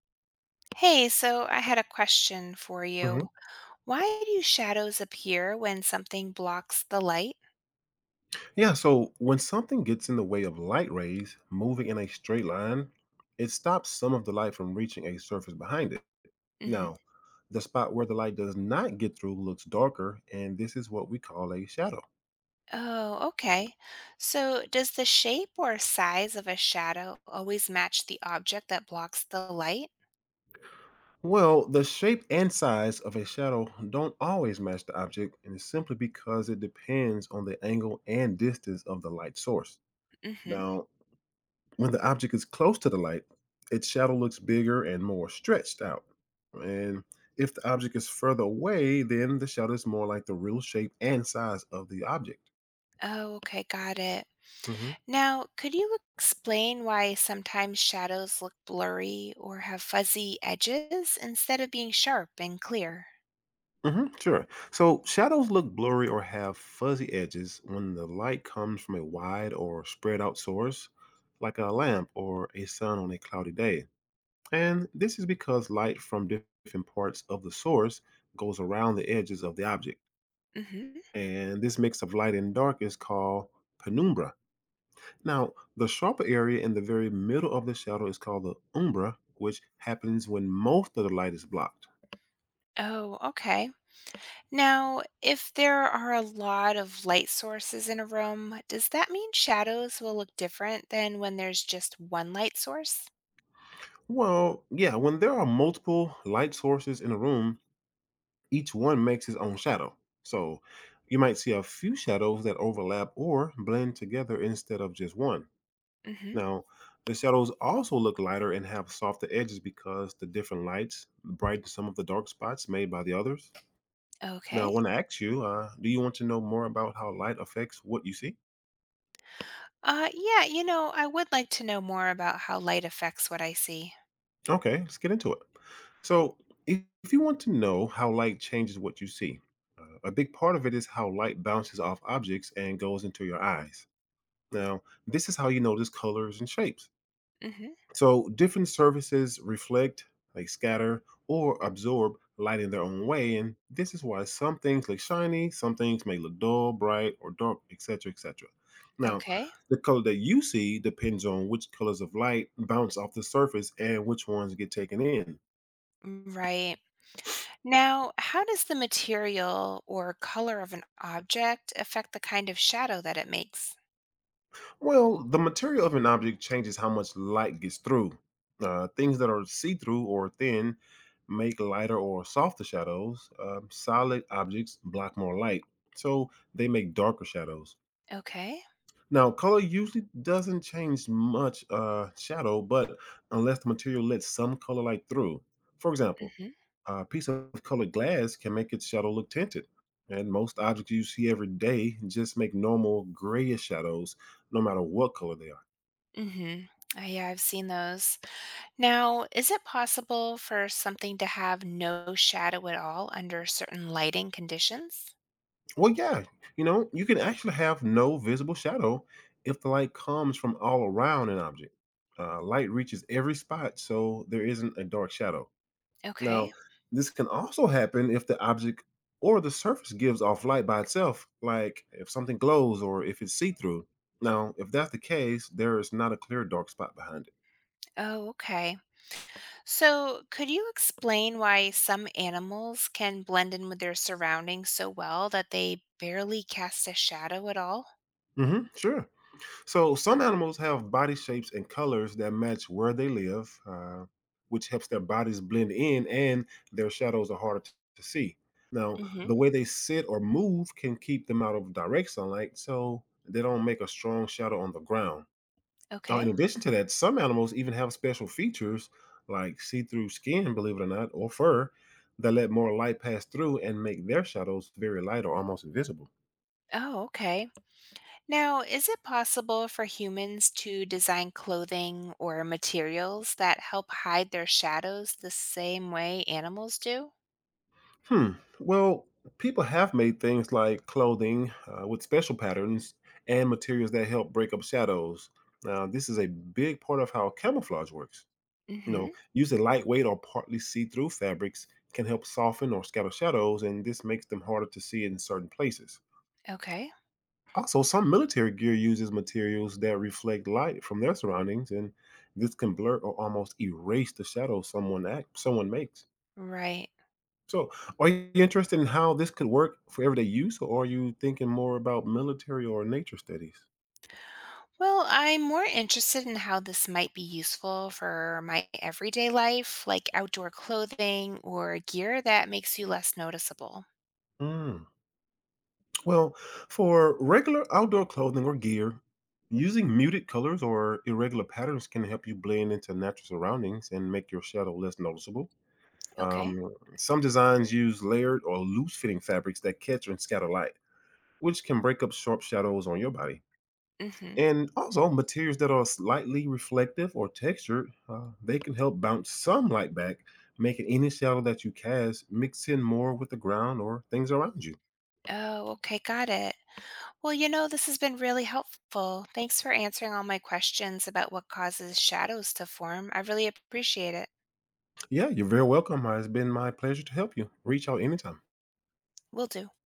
Hey, so I had a question for hmm you. Why do shadows appear when something blocks the light? Yeah, so when something gets in the way of light rays moving in a straight line, it stops some of the light from reaching a surface behind it. Hmm. Now, the spot where the light does not get through looks darker, and this is what we call a shadow. Oh, okay. So does the shape or size of a shadow always match the object that blocks the light? Well, the shape and size of a shadow don't always match the object, and it's simply because it depends on the angle and distance of the light source. Hmm. Now, when the object is close to the light, its shadow looks bigger and more stretched out. And if the object is further away, then the shadow is more like the real shape and size of the object. Oh, okay, got it. hmm Now, could you explain why sometimes shadows look blurry or have fuzzy edges instead of being sharp and clear? Sure. So shadows look blurry or have fuzzy edges when the light comes from a wide or spread out source, like a lamp or a sun on a cloudy day. And this is because light from different parts of the source goes around the edges of the object. Hmm. And this mix of light and dark is called penumbra. Now, the sharper area in the very middle of the shadow is called the umbra, which happens when most of the light is blocked. Oh, okay. Now, if there are a lot of light sources in a room, does that mean shadows will look different than when there's just one light source? Well, yeah, when there are multiple light sources in a room, each one makes its own shadow. So you might see a few shadows that overlap or blend together instead of just one. Hmm. Now, the shadows also look lighter and have softer edges because the different lights brighten some of the dark spots made by the others. Now, I Okay. want to ask you, do you want to know more about how light affects what you see? Yeah, I would like to know more about how light affects what I see. Okay, let's get into it. So, if you want to know how light changes what you see, a big part of it is how light bounces off objects and goes into your eyes. Now, this is how you notice colors and shapes. Hmm. So different surfaces reflect, like scatter, or absorb light in their own way, and this is why some things look shiny, some things may look dull, bright, or dark, etc., etc. Now, Okay. the color that you see depends on which colors of light bounce off the surface and which ones get taken in. Right. Now, how does the material or color of an object affect the kind of shadow that it makes? Well, the material of an object changes how much light gets through. Things that are see through or thin make lighter or softer shadows. Solid objects block more light, so they make darker shadows. Okay. Now, color usually doesn't change much shadow, but unless the material lets some color light through. For example, Hmm. a piece of colored glass can make its shadow look tinted. And most objects you see every day just make normal grayish shadows, no matter what color they are. Hmm. Yeah, I've seen those. Now, is it possible for something to have no shadow at all under certain lighting conditions? Well, yeah, you can actually have no visible shadow if the light comes from all around an object. Light reaches every spot, so there isn't a dark shadow. Okay. Now, this can also happen if the object or the surface gives off light by itself, like if something glows or if it's see through. Now, if that's the case, there is not a clear dark spot behind it. Oh, okay. So, could you explain why some animals can blend in with their surroundings so well that they barely cast a shadow at all? Sure. So some animals have body shapes and colors that match where they live, which helps their bodies blend in and their shadows are harder to see. Now, Mm-hmm. the way they sit or move can keep them out of direct sunlight, so they don't make a strong shadow on the ground. Now, in Okay. addition to that, some animals even have special features like see through skin, believe it or not, or fur that let more light pass through and make their shadows very light or almost invisible. Oh, okay. Now, is it possible for humans to design clothing or materials that help hide their shadows the same way animals do? Hmm. Well, people have made things like clothing with special patterns and materials that help break up shadows. Now, this is a big part of how camouflage works. You know, Mm-hmm. using lightweight or partly see through fabrics can help soften or scatter shadows, and this makes them harder to see in certain places. Okay. Also, some military gear uses materials that reflect light from their surroundings, and this can blur or almost erase the shadow someone makes. Right. So, are you interested in how this could work for everyday use, or are you thinking more about military or nature studies? Well, I'm more interested in how this might be useful for my everyday life, like outdoor clothing or gear that makes you less noticeable. Mm. Well, for regular outdoor clothing or gear, using muted colors or irregular patterns can help you blend into natural surroundings and make your shadow less noticeable. Okay. Some designs use layered or loose fitting fabrics that catch and scatter light, which can break up sharp shadows on your body. Mm-hmm. And also, materials that are slightly reflective or textured, they can help bounce some light back, making any shadow that you cast mix in more with the ground or things around you. Oh, okay. Got it. Well, this has been really helpful. Thanks for answering all my questions about what causes shadows to form. I really appreciate it. Yeah, you're very welcome. It's been my pleasure to help you. Reach out anytime. Will do.